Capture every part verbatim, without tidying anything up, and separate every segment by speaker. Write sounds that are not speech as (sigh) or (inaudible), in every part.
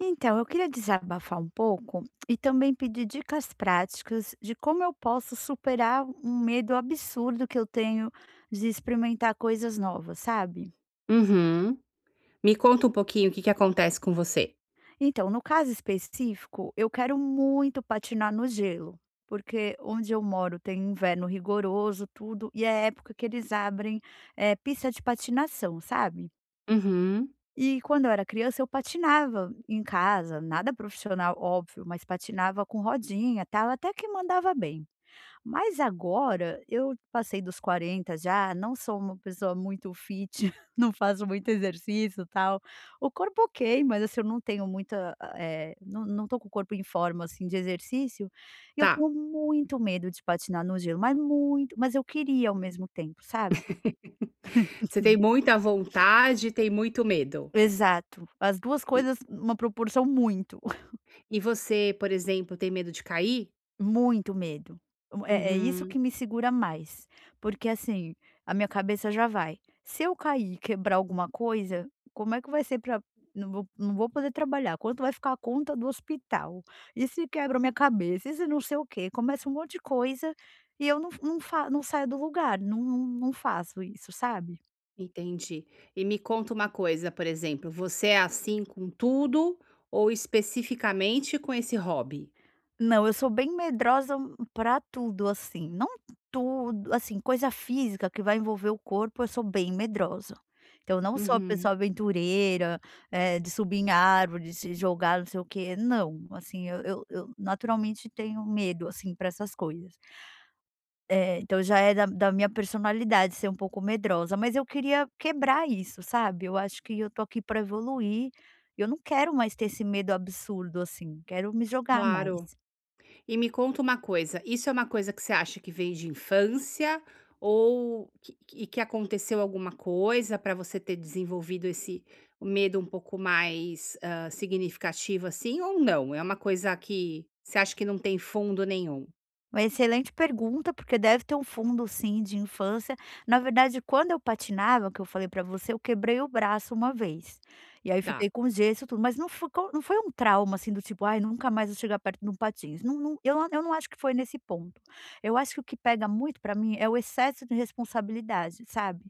Speaker 1: Então, eu queria desabafar um pouco e também pedir dicas práticas de como eu posso superar um medo absurdo que eu tenho de experimentar coisas novas, sabe?
Speaker 2: Uhum. Me conta um pouquinho o que que acontece com você?
Speaker 1: Então, no caso específico, eu quero muito patinar no gelo, porque onde eu moro tem inverno rigoroso, tudo, e é a época que eles abrem eh, pista de patinação, sabe?
Speaker 2: Uhum.
Speaker 1: E quando eu era criança, eu patinava em casa, nada profissional, óbvio, mas patinava com rodinha, tal, até que mandava bem. Mas agora eu passei dos quarenta já, não sou uma pessoa muito fit, (laughs) não faço muito exercício, e tal. O corpo ok, mas assim, eu não tenho muita, eh, não não tô com o corpo em forma, assim, de exercício, e eu
Speaker 2: Tá.
Speaker 1: tenho muito medo de patinar no gelo, mas muito, mas eu queria ao mesmo tempo, sabe?
Speaker 2: Você tem muita vontade, tem muito medo.
Speaker 1: Exato, as duas
Speaker 2: E
Speaker 1: coisas, uma proporção muito.
Speaker 2: e você, por exemplo, tem medo de cair?
Speaker 1: Muito medo. O é é isso
Speaker 2: Uhum,
Speaker 1: que me segura mais, porque, assim, a minha cabeça já vai: "Se eu cair e quebrar alguma coisa, como é que vai ser pra não vou não vou poder trabalhar, quanto vai ficar a conta do hospital? E se quebra a minha cabeça? E se não sei o quê?" Começa um monte de coisa e eu não não fa não saio do lugar, não não não faço isso, sabe?
Speaker 2: entendi. E me conta uma coisa, por exemplo, você é assim com tudo ou especificamente com esse hobby?
Speaker 1: Não, eu sou bem medrosa pra tudo, assim, não tudo, assim, coisa física que vai envolver o corpo, eu sou bem medrosa. Então, eu não sou a
Speaker 2: Uhum,
Speaker 1: pessoa aventureira, eh, de subir em árvore, de se jogar, não sei o quê, não, assim, eu eu eu naturalmente tenho medo, assim, para essas coisas. Eh, então já é da da minha personalidade ser um pouco medrosa, mas eu queria quebrar isso, sabe. Eu acho que eu tô aqui para evoluir, eu não quero mais ter esse medo absurdo, assim, quero me jogar
Speaker 2: claro.
Speaker 1: mais.
Speaker 2: E me conta uma coisa, isso é uma coisa que você acha que vem de infância ou que e que aconteceu alguma coisa para você ter desenvolvido esse medo um pouco mais, hã, significativo, assim, ou não? É uma coisa que você acha que não tem fundo nenhum?
Speaker 1: Uma excelente pergunta, porque deve ter um fundo sim de infância. Na verdade, quando eu patinava, que eu falei pra você, eu quebrei o braço uma vez. E aí
Speaker 2: Tá,
Speaker 1: fiquei com gesso e tudo, mas não ficou não foi um trauma assim do tipo: "Ai, nunca mais vou chegar perto de um patins". Não não eu não- eu não acho que foi nesse ponto. Eu acho que o que pega muito pra mim é o excesso de responsabilidade, sabe?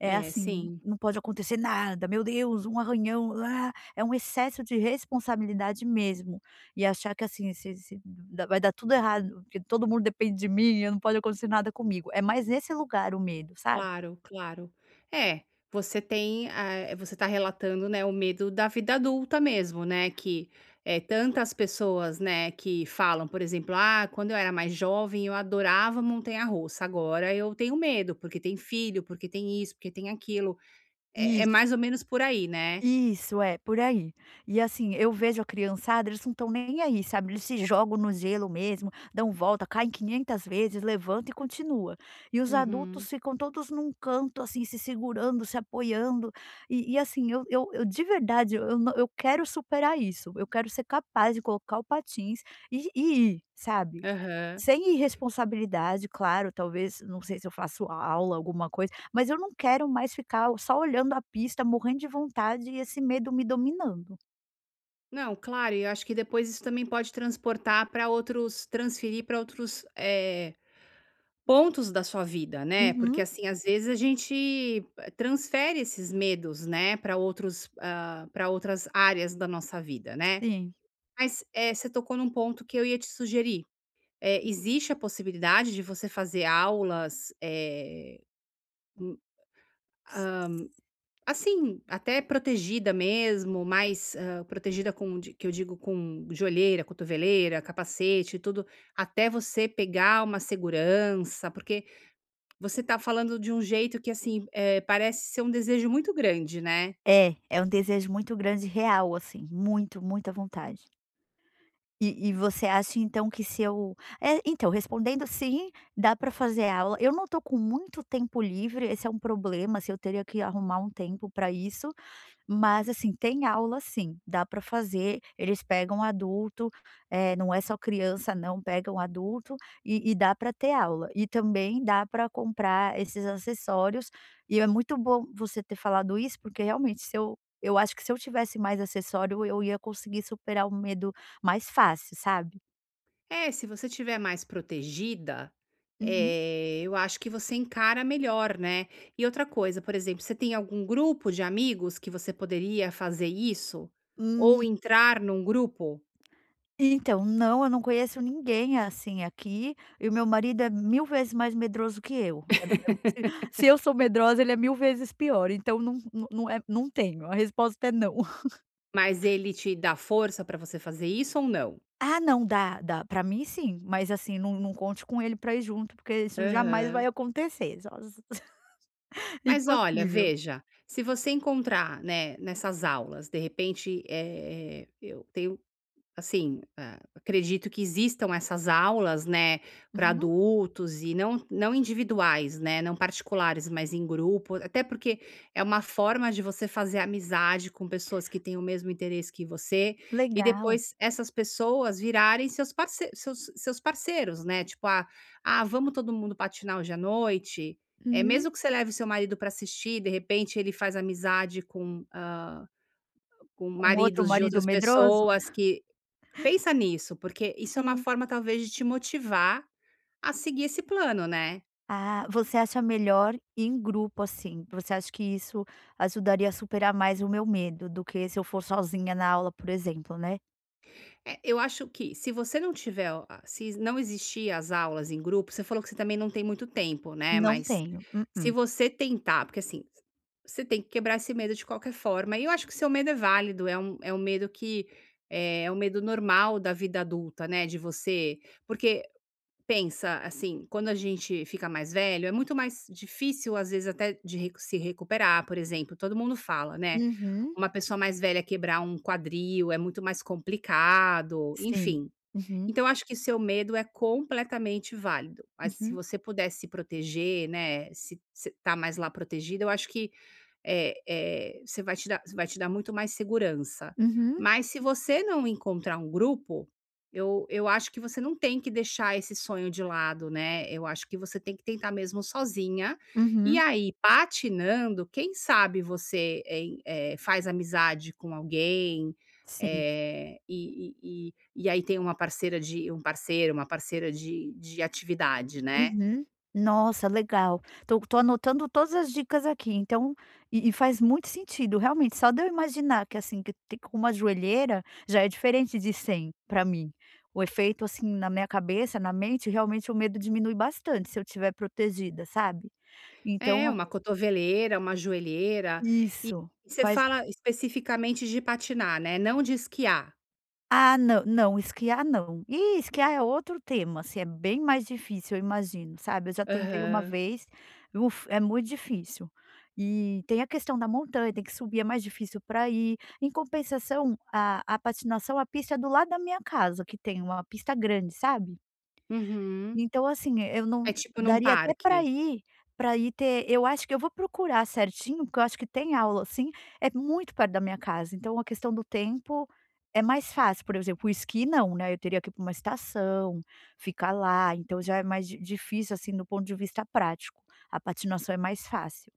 Speaker 1: É
Speaker 2: é,
Speaker 1: assim,
Speaker 2: sim.
Speaker 1: não pode acontecer nada, meu Deus, um arranhão, ah, é um excesso de responsabilidade mesmo. E achar que assim, se se dá vai dar tudo errado, porque todo mundo depende de mim, não pode acontecer nada comigo. É mais nesse lugar o medo, sabe?
Speaker 2: Claro, claro. É, você tem, ah, você está relatando, né, o medo da vida adulta mesmo, né, que é tantas pessoas, né, que falam, por exemplo: "Ah, quando eu era mais jovem eu adorava montanha-russa, agora eu tenho medo, porque tem filho, porque tem isso, porque tem aquilo". É é
Speaker 1: Isso.
Speaker 2: mais ou menos por aí, né?
Speaker 1: Isso, é, por aí. E assim, eu vejo a criançada, eles não estão nem aí, sabe, eles se jogam no gelo mesmo, dão volta, caem quinhentas vezes, levanta e continua. E os
Speaker 2: Uhum.
Speaker 1: adultos ficam todos num canto, assim, se segurando, se apoiando, e e assim, eu eu eu de verdade, eu não eu quero superar isso, eu quero ser capaz de colocar o patins e e ir, sabe.
Speaker 2: Aham.
Speaker 1: Sem irresponsabilidade, claro, talvez, não sei se eu faço aula, alguma coisa, mas eu não quero mais ficar só olhando a pista, morrendo de vontade e esse medo me dominando.
Speaker 2: Não, claro, e eu acho que depois isso também pode transportar para outros, transferir para outros, eh pontos da sua vida, né, porque,
Speaker 1: Uhum,
Speaker 2: assim, às vezes a gente, eh, transfere esses medos, né, para outros, para outras áreas da nossa vida, né.
Speaker 1: sim.
Speaker 2: Mas, eh, você tocou num ponto que eu ia te sugerir, eh, existe a possibilidade de você fazer aulas, eh, hum, assim, até protegida mesmo, mais, hã, protegida com, de que eu digo, com joelheira, cotoveleira, capacete e tudo, até você pegar uma segurança, porque você tá falando de um jeito que, assim, eh, parece ser um desejo muito grande, né.
Speaker 1: É, é um desejo muito grande, real, assim, muito, muita vontade. E e você acha então que se eu é, então, respondendo sim, dá para fazer aula. Eu não tô com muito tempo livre, esse é um problema, se eu teria que arrumar um tempo para isso. Mas assim, tem aula sim, dá para fazer, eles pegam adulto, eh, não é só criança não, pegam adulto e e dá para ter aula. E também dá para comprar esses acessórios, e é muito bom você ter falado isso, porque realmente se eu eu acho que se eu tivesse mais acessório eu ia conseguir superar o medo mais fácil, sabe?
Speaker 2: É, se você tiver mais protegida, eh, eu acho que você encara melhor, né. E outra coisa, por exemplo, você tem algum grupo de amigos que você poderia fazer isso? Ou
Speaker 1: Uhum.
Speaker 2: entrar num grupo,
Speaker 1: Então, não, eu não conheço ninguém assim aqui, e o meu marido é mil vezes mais medroso que eu. É é (laughs) se se eu sou medrosa, ele é mil vezes pior, então não não não é não tenho, a resposta é não. (laughs)
Speaker 2: mas ele te dá força para você fazer isso ou não?
Speaker 1: Ah, não, dá dá, pra mim sim, mas assim, não não conte com ele pra ir junto, porque isso jamais
Speaker 2: Aham.
Speaker 1: vai acontecer, só (laughs)
Speaker 2: Mas olha,
Speaker 1: impossível.
Speaker 2: veja, se você encontrar, né, nessas aulas, de repente, eh, eu tenho, assim, hã, acredito que existam essas aulas, né, para
Speaker 1: Uhum,
Speaker 2: adultos e não não individuais, né, não particulares, mas em grupo, até porque é uma forma de você fazer amizade com pessoas que têm o mesmo interesse que você, e
Speaker 1: legal.
Speaker 2: depois essas pessoas virarem seus parce seus seus parceiros, né, tipo: "Ah, ah, vamos todo mundo patinar hoje à noite?". É
Speaker 1: Uhum.
Speaker 2: mesmo que você leve seu marido para assistir, de repente ele faz amizade com, hã, com
Speaker 1: Com outro
Speaker 2: maridos de
Speaker 1: marido
Speaker 2: outras
Speaker 1: medroso?
Speaker 2: pessoas. Que pensa nisso, porque isso é uma
Speaker 1: Sim.
Speaker 2: forma talvez de te motivar a seguir esse plano, né.
Speaker 1: Ah, você acha melhor em grupo, assim? Você acha que isso ajudaria a superar mais o meu medo do que se eu for sozinha na aula, por exemplo, né?
Speaker 2: Eh, eu acho que se você não tiver o a se não existir as aulas em grupo, você falou que você também não tem muito tempo, né,
Speaker 1: Não
Speaker 2: mas
Speaker 1: tenho.
Speaker 2: se
Speaker 1: Mm-mm.
Speaker 2: você tentar, porque assim, você tem que quebrar esse medo de qualquer forma, e eu acho que o seu medo é válido, é um é um medo que, eh, é um medo normal da vida adulta, né, de você, porque pensa, assim, quando a gente fica mais velho, é muito mais difícil, às vezes, até de recu se recuperar, por exemplo, todo mundo fala, né,
Speaker 1: Uhum.
Speaker 2: uma pessoa mais velha quebrar um quadril é muito mais complicado,
Speaker 1: Sim.
Speaker 2: enfim.
Speaker 1: Uhum.
Speaker 2: Então eu acho que seu medo é completamente válido, mas se
Speaker 1: Uhum.
Speaker 2: você pudesse se proteger, né, se se tá mais lá protegida, eu acho que, eh eh, você vai te dar vai te dar muito mais segurança.
Speaker 1: Uhum.
Speaker 2: Mas se você não encontrar um grupo, eu eu acho que você não tem que deixar esse sonho de lado, né, eu acho que você tem que tentar mesmo sozinha, e
Speaker 1: Uhum.
Speaker 2: aí patinando, quem sabe você, eh, eh, faz amizade com alguém,
Speaker 1: Sim.
Speaker 2: eh, e e e e aí tem uma parceira de um parceiro, uma parceira de de atividade, né.
Speaker 1: Uhum. Nossa, legal. Tô tô anotando todas as dicas aqui, então e e faz muito sentido, realmente, só de eu imaginar que, assim, que tem com uma joelheira, já é diferente de sem, para mim. O efeito, assim, na minha cabeça, na mente, realmente o medo diminui bastante se eu estiver protegida, sabe.
Speaker 2: É,
Speaker 1: Então
Speaker 2: uma cotoveleira, uma joelheira. E
Speaker 1: isso,
Speaker 2: você
Speaker 1: faz
Speaker 2: fala especificamente de patinar, né, não de esquiar.
Speaker 1: Ah, não, não, esquiar não. Ih, esquiar é outro tema, assim, é bem mais difícil, eu imagino, sabe. Eu já tentei uma
Speaker 2: Aham.
Speaker 1: vez, uf, é muito difícil. E tem a questão da montanha, tem que subir, é mais difícil para ir. Em compensação, a a patinação, a pista é do lado da minha casa, que tem uma pista grande, sabe.
Speaker 2: Uhum.
Speaker 1: Então, assim, eu
Speaker 2: É
Speaker 1: não
Speaker 2: tipo num
Speaker 1: daria até para
Speaker 2: parque.
Speaker 1: ir para ir ter eu acho que eu vou procurar certinho, porque eu acho que tem aula, assim, é muito perto da minha casa, então a questão do tempo é mais fácil, por exemplo, o esqui não, né, eu teria que ir para uma estação, ficar lá, então já é mais di difícil, assim, do ponto de vista prático, a patinação é mais fácil.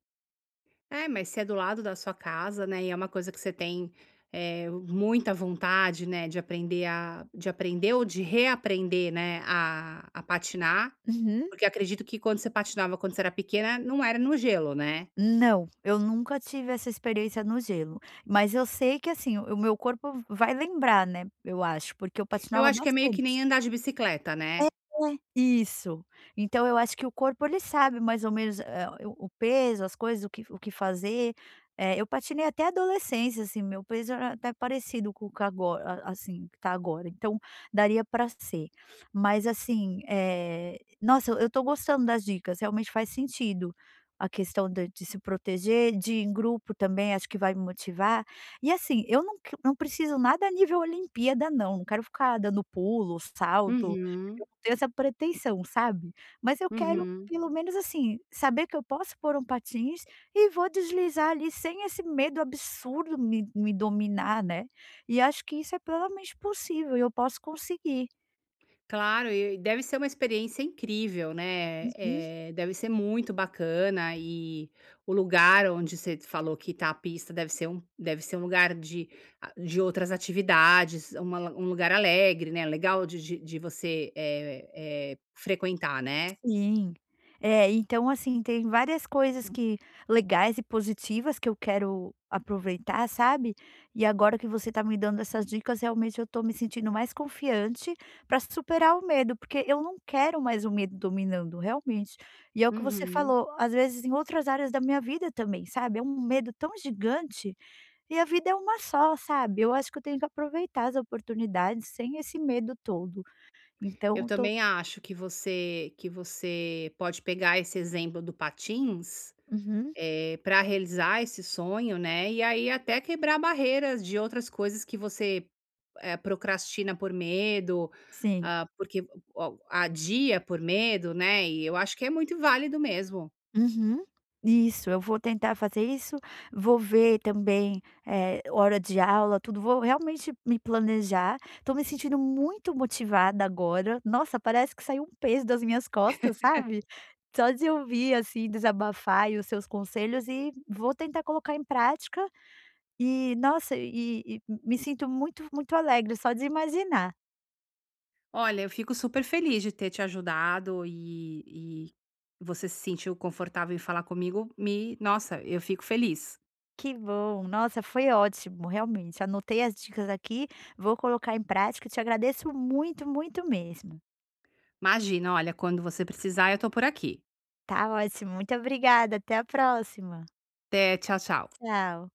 Speaker 2: É, mas se é do lado da sua casa, né, e é uma coisa que você tem, eh, muita vontade, né, de aprender a de aprender ou de reaprender, né, a a patinar.
Speaker 1: Uhum.
Speaker 2: Porque acredito que quando você patinava, quando você era pequena, não era no gelo, né.
Speaker 1: Não, eu nunca tive essa experiência no gelo, mas eu sei que, assim, o meu corpo vai lembrar, né, eu acho, porque eu
Speaker 2: Eu
Speaker 1: patinava
Speaker 2: acho que é meio que
Speaker 1: bastante.
Speaker 2: nem andar de bicicleta, né.
Speaker 1: É, isso. Então eu acho que o corpo ele sabe mais ou menos, eh, o o peso, as coisas, o que o que fazer. Eh, eu patinei até a adolescência, assim, meu peso era até parecido com o que agora a assim, que tá agora, então daria para ser. Mas assim, eh, nossa, eu eu tô gostando das dicas, realmente faz sentido a questão de de se proteger, de ir em grupo também, acho que vai me motivar. E assim, eu não q não preciso nada a nível Olimpíada não, não quero ficar dando pulo, salto.
Speaker 2: Uhum,
Speaker 1: Eu não tenho essa pretensão, sabe. Mas eu quero
Speaker 2: uhum.
Speaker 1: pelo menos, assim, saber que eu posso pôr um patins e vou deslizar ali sem esse medo absurdo me me dominar, né. E acho que isso é plenamente possível e eu posso conseguir.
Speaker 2: Claro, e deve ser uma experiência incrível, né.
Speaker 1: Uhum.
Speaker 2: Eh, deve ser muito bacana e o lugar onde você falou que tá a pista deve ser um, deve ser um lugar de a de outras atividades, uma la- um lugar alegre, né, legal de de de você, eh eh, frequentar, né.
Speaker 1: Sim. É, então, assim, tem várias coisas que legais e positivas que eu quero aproveitar, sabe. E agora que você tá me dando essas dicas, realmente eu tô me sentindo mais confiante para superar o medo, porque eu não quero mais o medo dominando, realmente. E é o que você
Speaker 2: Uhum.
Speaker 1: falou, às vezes em outras áreas da minha vida também, sabe, é um medo tão gigante e a vida é uma só, sabe. Eu acho que eu tenho que aproveitar as oportunidades sem esse medo todo. Então
Speaker 2: Eu
Speaker 1: eu tô
Speaker 2: também acho que você que você pode pegar esse exemplo do patins,
Speaker 1: uhum,
Speaker 2: para realizar esse sonho, né, e aí até quebrar barreiras de outras coisas que você, eh, procrastina por medo,
Speaker 1: sim.
Speaker 2: ah, porque o adia por medo, né, e eu acho que é muito válido mesmo.
Speaker 1: Uhum. Isso, eu vou tentar fazer isso, vou ver também, eh, hora de aula, tudo, vou realmente me planejar. Estou me sentindo muito motivada agora. Nossa, parece que saiu um peso das minhas costas, sabe? Só de ouvir, assim, desabafar e os seus conselhos e vou tentar colocar em prática. E, nossa, e e me sinto muito, muito alegre só de imaginar.
Speaker 2: Olha, eu fico super feliz de ter te ajudado, e e você se sentiu confortável em falar comigo, me, nossa, eu fico feliz.
Speaker 1: Que bom, nossa, foi ótimo, realmente. Anotei as dicas aqui, vou colocar em prática. Te agradeço muito, muito mesmo.
Speaker 2: Imagina, olha, quando você precisar eu tô por aqui.
Speaker 1: Tá ótimo, muito obrigada. Até a próxima.
Speaker 2: Até, tchau, tchau.
Speaker 1: Tchau.